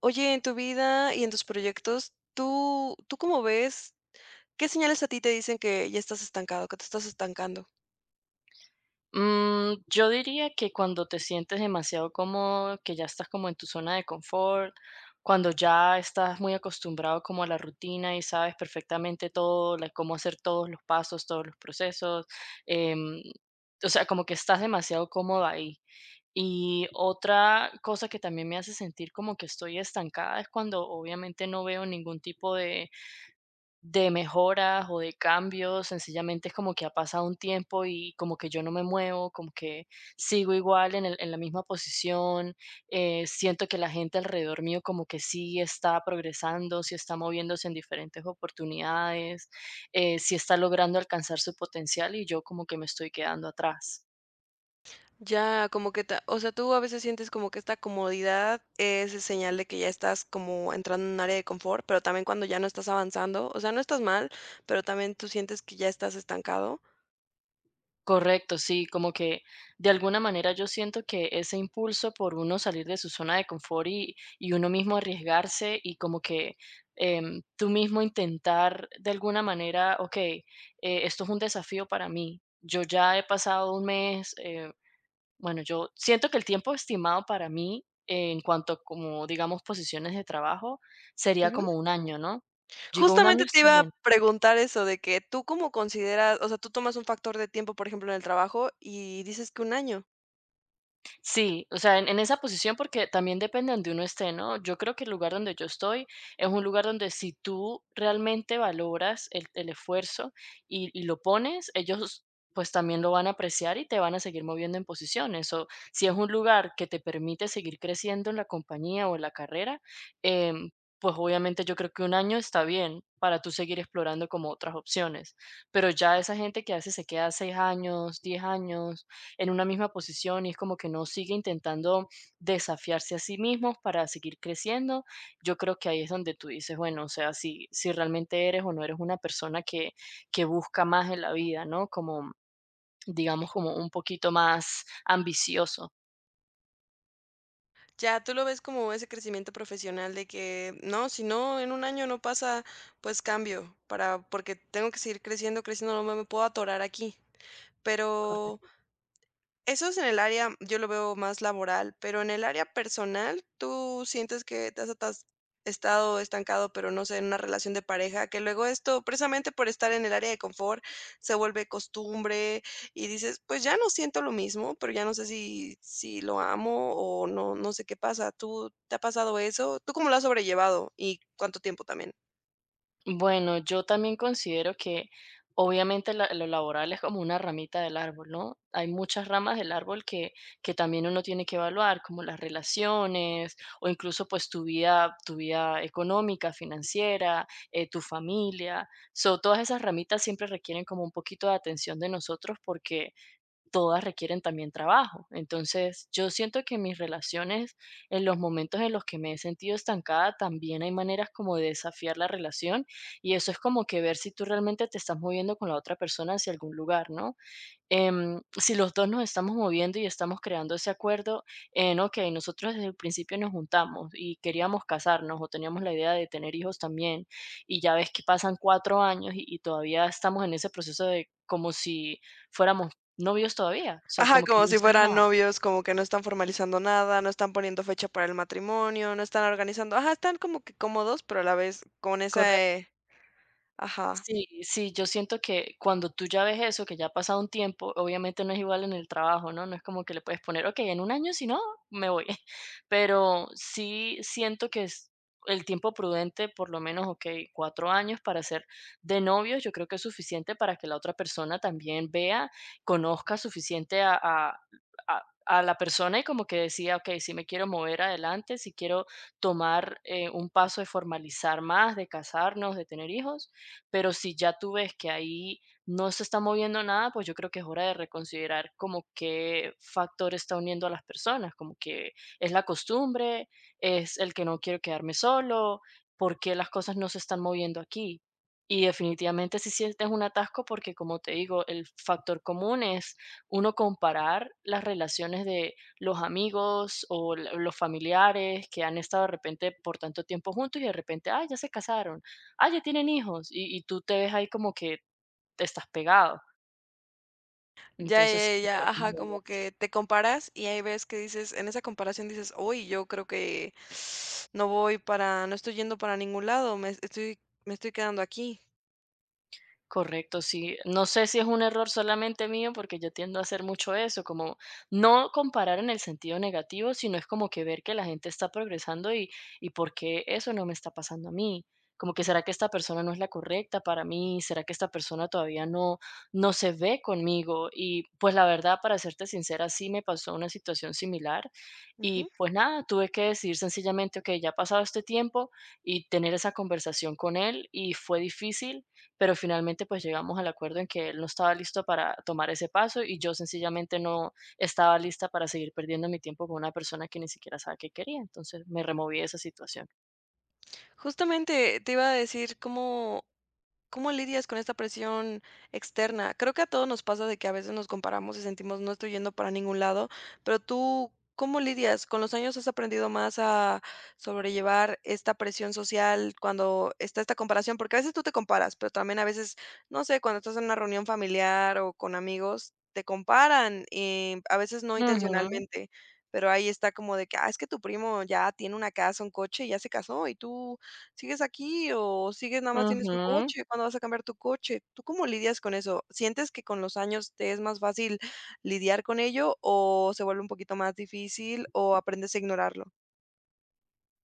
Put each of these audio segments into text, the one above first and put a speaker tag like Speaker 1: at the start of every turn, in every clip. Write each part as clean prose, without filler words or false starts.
Speaker 1: Oye, en tu vida y en tus proyectos, ¿tú cómo ves? ¿Qué señales a ti te dicen que ya estás estancado, que te estás estancando?
Speaker 2: Yo diría que cuando te sientes demasiado cómodo, que ya estás como en tu zona de confort, cuando ya estás muy acostumbrado como a la rutina y sabes perfectamente todo, cómo hacer todos los pasos, todos los procesos, em, o sea, como que estás demasiado cómodo ahí. Y otra cosa que también me hace sentir como que estoy estancada es cuando obviamente no veo ningún tipo de mejoras o de cambios, sencillamente es como que ha pasado un tiempo y como que yo no me muevo, como que sigo igual en la misma posición, siento que la gente alrededor mío como que sí está progresando, sí está moviéndose en diferentes oportunidades, sí está logrando alcanzar su potencial y yo como que me estoy quedando atrás.
Speaker 1: Ya, como que, ta o sea, tú a veces sientes como que esta comodidad es el señal de que ya estás como entrando en un área de confort, pero también cuando ya no estás avanzando, o sea, no estás mal, pero también tú sientes que ya estás estancado.
Speaker 2: Correcto, sí, como que de alguna manera yo siento que ese impulso por uno salir de su zona de confort y uno mismo arriesgarse y como que tú mismo intentar de alguna manera, ok, esto es un desafío para mí, yo ya he pasado un mes, bueno, yo siento que el tiempo estimado para mí en cuanto como digamos posiciones de trabajo sería
Speaker 1: Ujú.
Speaker 2: como un año, ¿no? Digo, un año
Speaker 1: Justamente te
Speaker 2: está
Speaker 1: iba a
Speaker 2: bien.
Speaker 1: preguntar eso de que tú cómo consideras, o sea, tú tomas un factor de tiempo, por ejemplo, en el trabajo y dices que un año.
Speaker 2: Sí, o sea, en esa posición, porque también depende donde uno esté, ¿no? Yo creo que el lugar donde yo estoy es un lugar donde si tú realmente valoras el esfuerzo y lo pones, ellos pues también lo van a apreciar y te van a seguir moviendo en posiciones. O si es un lugar que te permite seguir creciendo en la compañía o en la carrera, em, pues obviamente yo creo que un año está bien para tú seguir explorando como otras opciones. Pero ya esa gente que hace se queda 6 años, 10 años en una misma posición y es como que no sigue intentando desafiarse a sí mismos para seguir creciendo, yo creo que ahí es donde tú dices, bueno, o sea, si realmente eres o no eres una persona que busca más en la vida, ¿no? Como, digamos, como un poquito más ambicioso.
Speaker 1: Ya tú lo ves como ese crecimiento profesional de que no, si no, en un año no pasa, pues cambio, para, porque tengo que seguir creciendo, creciendo, no me puedo atorar aquí. Pero
Speaker 2: Correcto.
Speaker 1: eso es en el área, yo lo veo más laboral, pero en el área personal, ¿tú sientes que te has estado estancado, pero no sé, en una relación de pareja, que luego esto, precisamente por estar en el área de confort, se vuelve costumbre y dices, pues ya no siento lo mismo, pero ya no sé si, si lo amo o no, no sé qué pasa. ¿Tú te ha pasado eso? ¿Tú cómo lo has sobrellevado y cuánto tiempo también?
Speaker 2: Bueno, yo también considero que obviamente lo laboral es como una ramita del árbol, ¿no? Hay muchas ramas del árbol que también uno tiene que evaluar, como las relaciones o incluso pues tu vida económica, financiera, tu familia. So, todas esas ramitas siempre requieren como un poquito de atención de nosotros porque todas requieren también trabajo. Entonces, yo siento que mis relaciones, en los momentos en los que me he sentido estancada, también hay maneras como de desafiar la relación y eso es como que ver si tú realmente te estás moviendo con la otra persona hacia algún lugar, ¿no? Si los dos nos estamos moviendo y estamos creando ese acuerdo en, ok, nosotros desde el principio nos juntamos y queríamos casarnos o teníamos la idea de tener hijos también, y ya ves que pasan 4 años y todavía estamos en ese proceso de como si fuéramos novios todavía, o sea,
Speaker 1: Ajá,
Speaker 2: como que
Speaker 1: como
Speaker 2: no
Speaker 1: si
Speaker 2: se ve
Speaker 1: fueran
Speaker 2: nada.
Speaker 1: novios, como que no están formalizando nada, no están poniendo fecha para el matrimonio, no están organizando. Ajá, están como que cómodos, pero a la vez con esa, ajá,
Speaker 2: Sí, sí, yo siento que cuando tú ya ves eso, que ya ha pasado un tiempo, obviamente no es igual en el trabajo, ¿no? No es como que le puedes poner, ok, en un año si no, me voy. Pero sí siento que es el tiempo prudente, por lo menos, ok, 4 años para ser de novios, yo creo que es suficiente para que la otra persona también vea, conozca suficiente a la persona y como que decía, ok, si me quiero mover adelante, si quiero tomar un paso de formalizar más, de casarnos, de tener hijos, pero si ya tú ves que ahí no se está moviendo nada, pues yo creo que es hora de reconsiderar como qué factor está uniendo a las personas, como que es la costumbre, es el que no quiero quedarme solo, por qué las cosas no se están moviendo aquí. Y definitivamente si sientes un atasco, porque como te digo, el factor común es uno comparar las relaciones de los amigos o los familiares que han estado de repente por tanto tiempo juntos y de repente, ah, ya se casaron. Ah, ya tienen hijos, y tú te ves ahí como que te estás pegado.
Speaker 1: ya,
Speaker 2: Entonces, sí
Speaker 1: ya,
Speaker 2: vale la
Speaker 1: ya,
Speaker 2: pena
Speaker 1: ajá, como
Speaker 2: volverse.
Speaker 1: que te comparas y ahí ves que dices, en esa comparación dices, uy, yo creo que no voy para, no estoy yendo para ningún lado, me estoy quedando aquí.
Speaker 2: Correcto, sí. No sé si es un error solamente mío, porque yo tiendo a hacer mucho eso, como no comparar en el sentido negativo, sino es como que ver que la gente está progresando y por qué eso no me está pasando a mí. Como que será que esta persona no es la correcta para mí, será que esta persona todavía no se ve conmigo. Y pues la verdad, para serte sincera, sí me pasó una situación similar.
Speaker 1: Ujú.
Speaker 2: Y pues nada, tuve que decidir sencillamente, ok, ya ha pasado este tiempo y tener esa conversación con él y fue difícil, pero finalmente pues llegamos al acuerdo en que él no estaba listo para tomar ese paso y yo sencillamente no estaba lista para seguir perdiendo mi tiempo con una persona que ni siquiera sabe qué quería, entonces me removí de esa situación.
Speaker 1: Justamente te iba a decir cómo, ¿cómo lidias con esta presión externa? Creo que a todos nos pasa de que a veces nos comparamos y sentimos no estoy yendo para ningún lado, pero tú, ¿cómo lidias? ¿Con los años has aprendido más a sobrellevar esta presión social cuando está esta comparación? Porque a veces tú te comparas, pero también a veces, no sé, cuando estás en una reunión familiar o con amigos, te comparan, a veces no
Speaker 2: Ujú,
Speaker 1: intencionalmente, pero ahí está como de que, ah, es que tu primo ya tiene una casa, un coche, ya se casó y tú, ¿sigues aquí o sigues nada más tienes un
Speaker 2: ujú.
Speaker 1: coche? ¿Cuándo vas a cambiar tu coche? ¿Tú cómo lidias con eso? ¿Sientes que con los años te es más fácil lidiar con ello o se vuelve un poquito más difícil o aprendes a ignorarlo?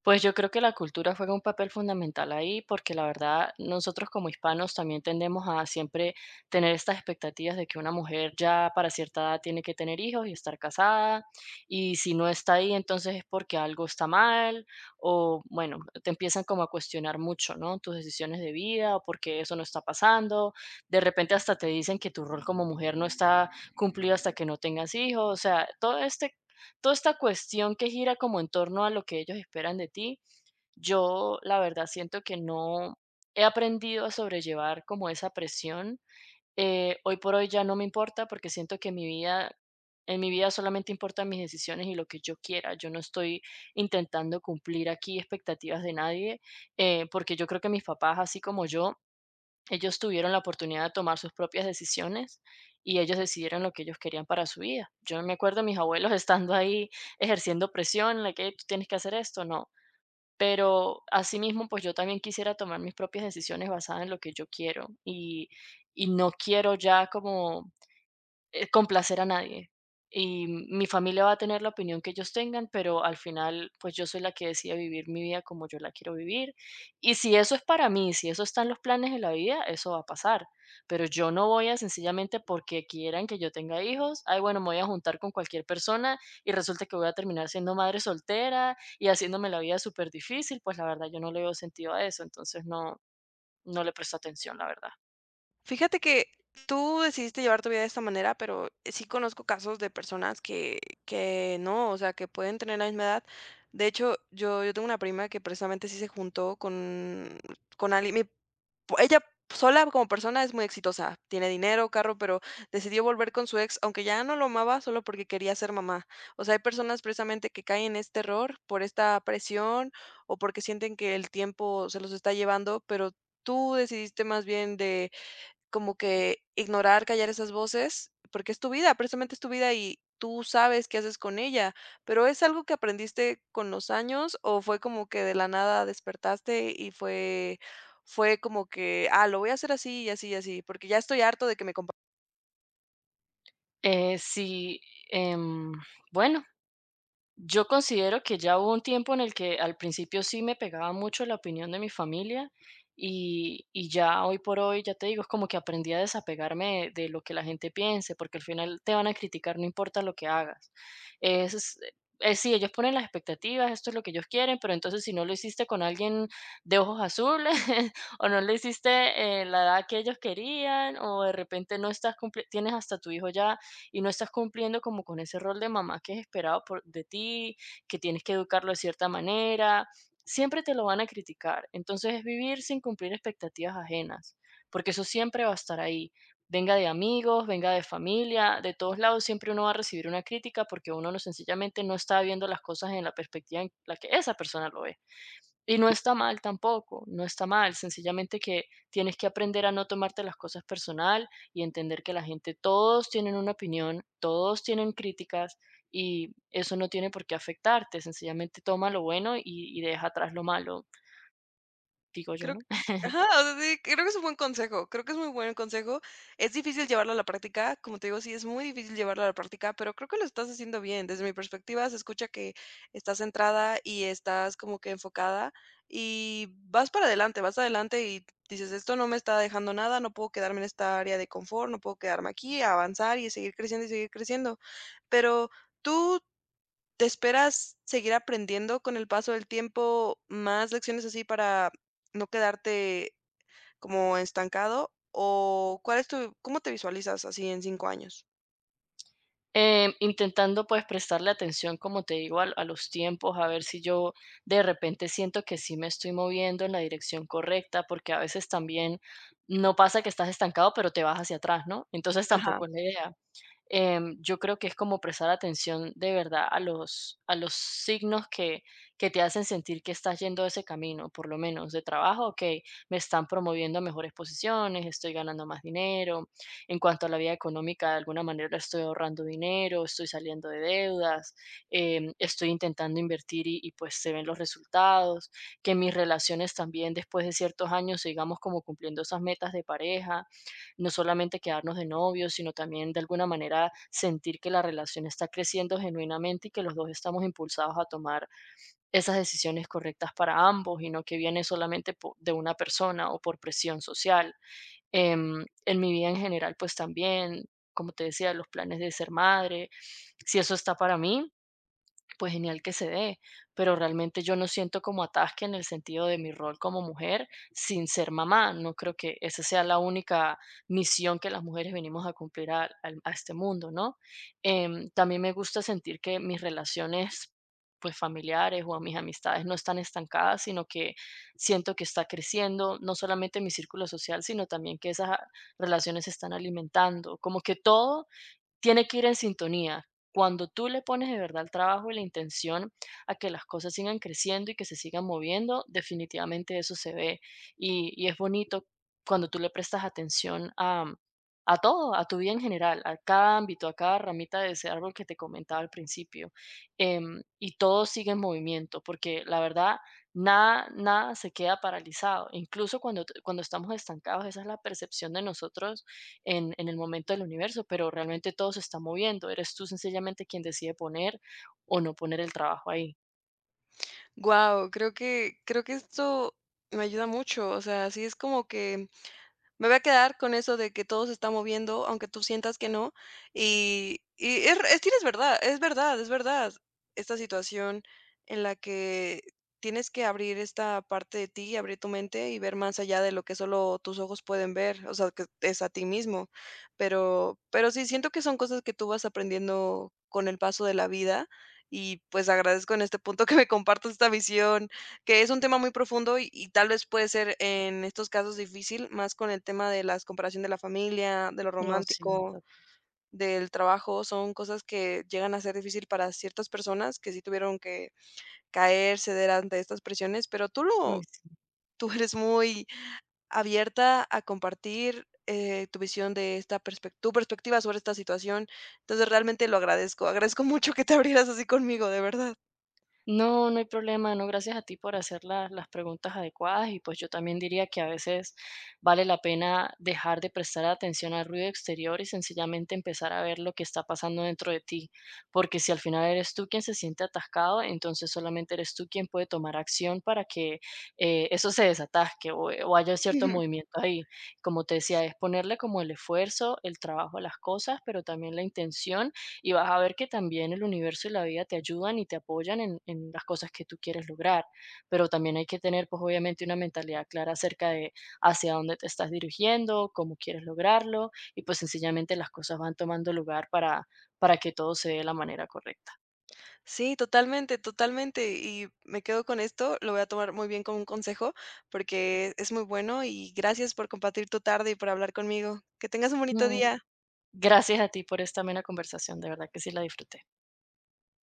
Speaker 2: Pues yo creo que la cultura juega un papel fundamental ahí, porque la verdad nosotros como hispanos también tendemos a siempre tener estas expectativas de que una mujer ya para cierta edad tiene que tener hijos y estar casada, y si no está ahí, entonces es porque algo está mal, o bueno, te empiezan como a cuestionar mucho, ¿no? Tus decisiones de vida, o por eso no está pasando. De repente hasta te dicen que tu rol como mujer no está cumplido hasta que no tengas hijos, o sea, todo este toda esta cuestión que gira como en torno a lo que ellos esperan de ti, yo la verdad siento que no he aprendido a sobrellevar como esa presión. Hoy por hoy ya no me importa porque siento que mi vida, en mi vida solamente importan mis decisiones y lo que yo quiera. Yo no estoy intentando cumplir aquí expectativas de nadie, porque yo creo que mis papás, así como yo, ellos tuvieron la oportunidad de tomar sus propias decisiones y ellos decidieron lo que ellos querían para su vida. Yo me acuerdo de mis abuelos estando ahí ejerciendo presión, la que tú tienes que hacer esto, no. Pero asimismo, pues yo también quisiera tomar mis propias decisiones basadas en lo que yo quiero y no quiero ya como complacer a nadie. Y mi familia va a tener la opinión que ellos tengan, pero al final, pues yo soy la que decide vivir mi vida como yo la quiero vivir. Y si eso es para mí, si eso está en los planes de la vida, eso va a pasar. Pero yo no voy a sencillamente porque quieran que yo tenga hijos, ay, bueno, me voy a juntar con cualquier persona y resulta que voy a terminar siendo madre soltera y haciéndome la vida súper difícil, pues la verdad yo no le veo sentido a eso, entonces no, no le presto atención, la verdad.
Speaker 1: Fíjate que tú decidiste llevar tu vida de esta manera, pero sí conozco casos de personas que no, o sea, que pueden tener la misma edad. De hecho, yo tengo una prima que precisamente sí se juntó con alguien. Ella sola como persona es muy exitosa, tiene dinero, carro, pero decidió volver con su ex, aunque ya no lo amaba, solo porque quería ser mamá. O sea, hay personas precisamente que caen en este error por esta presión o porque sienten que el tiempo se los está llevando, pero tú decidiste más bien de como que ignorar, callar esas voces, porque es tu vida, precisamente es tu vida y tú sabes qué haces con ella, pero ¿es algo que aprendiste con los años o fue como que de la nada despertaste y fue como que, ah, lo voy a hacer así y así y así, porque ya estoy harto de que me compa.
Speaker 2: Sí, em, bueno. Yo considero que ya hubo un tiempo en el que al principio sí me pegaba mucho la opinión de mi familia y ya hoy por hoy, ya te digo, es como que aprendí a desapegarme de lo que la gente piense, porque al final te van a criticar, no importa lo que hagas. Es, es, sí, ellos ponen las expectativas, esto es lo que ellos quieren, pero entonces si no lo hiciste con alguien de ojos azules o no lo hiciste la edad que ellos querían o de repente no estás cumpliendo, tienes hasta tu hijo ya y no estás cumpliendo como con ese rol de mamá que es esperado por, de ti, que tienes que educarlo de cierta manera, siempre te lo van a criticar. Entonces es vivir sin cumplir expectativas ajenas, porque eso siempre va a estar ahí. Venga de amigos, venga de familia, de todos lados siempre uno va a recibir una crítica porque uno no sencillamente no está viendo las cosas en la perspectiva en la que esa persona lo ve. Y no está mal tampoco, no está mal, sencillamente que tienes que aprender a no tomarte las cosas personal y entender que la gente, todos tienen una opinión, todos tienen críticas y eso no tiene por qué afectarte, sencillamente toma lo bueno y deja atrás lo malo, digo yo,
Speaker 1: Creo que
Speaker 2: ¿no?
Speaker 1: ajá, o sea, sí, creo que es un buen consejo, creo que es muy buen consejo. Es difícil llevarlo a la práctica, como te digo, sí, es muy difícil llevarlo a la práctica, pero creo que lo estás haciendo bien. Desde mi perspectiva, se escucha que estás centrada y estás como que enfocada y vas para adelante, vas adelante y dices, esto no me está dejando nada, no puedo quedarme en esta área de confort, no puedo quedarme aquí, avanzar y seguir creciendo y seguir creciendo. Pero tú, ¿te esperas seguir aprendiendo con el paso del tiempo más lecciones así para no quedarte como estancado? ¿O cuál es tu cómo te visualizas así en 5 años?
Speaker 2: Intentando pues prestarle atención, como te digo, a los tiempos, a ver si yo de repente siento que sí me estoy moviendo en la dirección correcta, porque a veces también no pasa que estás estancado, pero te vas hacia atrás, ¿no? Entonces
Speaker 1: Ajá.
Speaker 2: tampoco es la idea. Yo creo que es como prestar atención de verdad a los signos que te hacen sentir que estás yendo ese camino, por lo menos de trabajo. Ok, me están promoviendo a mejores posiciones, estoy ganando más dinero. En cuanto a la vida económica, de alguna manera estoy ahorrando dinero, estoy saliendo de deudas. Estoy intentando invertir y pues se ven los resultados, que mis relaciones también después de ciertos años sigamos como cumpliendo esas metas de pareja, no solamente quedarnos de novios, sino también de alguna manera sentir que la relación está creciendo genuinamente y que los dos estamos impulsados a tomar esas decisiones correctas para ambos y no que viene solamente de una persona o por presión social. En mi vida en general, pues también, como te decía, los planes de ser madre, si eso está para mí, pues genial que se dé, pero realmente yo no siento como ataque en el sentido de mi rol como mujer sin ser mamá. No creo que esa sea la única misión que las mujeres venimos a cumplir a, a este mundo, ¿no? También me gusta sentir que mis relaciones pues familiares o a mis amistades no están estancadas, sino que siento que está creciendo no solamente mi círculo social, sino también que esas relaciones se están alimentando, como que todo tiene que ir en sintonía. Cuando tú le pones de verdad el trabajo y la intención a que las cosas sigan creciendo y que se sigan moviendo, definitivamente eso se ve. Y es bonito cuando tú le prestas atención a a todo, a tu vida en general, a cada ámbito, a cada ramita de ese árbol que te comentaba al principio. Y todo sigue en movimiento, porque la verdad, nada se queda paralizado. Incluso cuando estamos estancados, esa es la percepción de nosotros en el momento del universo, pero realmente todo se está moviendo. Eres tú sencillamente quien decide poner o no poner el trabajo ahí.
Speaker 1: Wow. Creo que creo que esto me ayuda mucho, o sea, así es como que me voy a quedar con eso de que todo se está moviendo, aunque tú sientas que no. Y tienes verdad, es verdad, es verdad. Esta situación en la que tienes que abrir esta parte de ti, abrir tu mente y ver más allá de lo que solo tus ojos pueden ver, o sea, que es a ti mismo. Pero sí, siento que son cosas que tú vas aprendiendo con el paso de la vida y pues agradezco en este punto que me compartas esta visión que es un tema muy profundo y tal vez puede ser en estos casos difícil, más con el tema de la comparación de la familia, de lo
Speaker 2: No, sí,
Speaker 1: romántico, del trabajo, son cosas que llegan a ser difícil para ciertas personas que sí tuvieron que caer, ceder ante estas presiones, pero
Speaker 2: uy, sí.
Speaker 1: tú eres muy abierta a compartir tu visión de esta tu perspectiva sobre esta situación, entonces realmente lo agradezco, agradezco mucho que te abrieras así conmigo, de verdad.
Speaker 2: No, no hay problema, no, gracias a ti por hacer las preguntas adecuadas y pues yo también diría que a veces vale la pena dejar de prestar atención al ruido exterior y sencillamente empezar a ver lo que está pasando dentro de ti, porque si al final eres tú quien se siente atascado, entonces solamente eres tú quien puede tomar acción para que eso se desatasque o haya cierto movimiento ahí. Como te decía, es ponerle como el esfuerzo, el trabajo a las cosas, pero también la intención y vas a ver que también el universo y la vida te ayudan y te apoyan en las cosas que tú quieres lograr, pero también hay que tener pues obviamente una mentalidad clara acerca de hacia dónde te estás dirigiendo, cómo quieres lograrlo y pues sencillamente las cosas van tomando lugar para que todo se dé de la manera correcta.
Speaker 1: Sí, totalmente, totalmente. Y me quedo con esto, lo voy a tomar muy bien como un consejo, porque es muy bueno y gracias por compartir tu tarde y por hablar conmigo. Que tengas un bonito
Speaker 2: Mm,
Speaker 1: día.
Speaker 2: Gracias a ti por esta amena conversación, de verdad que sí la disfruté.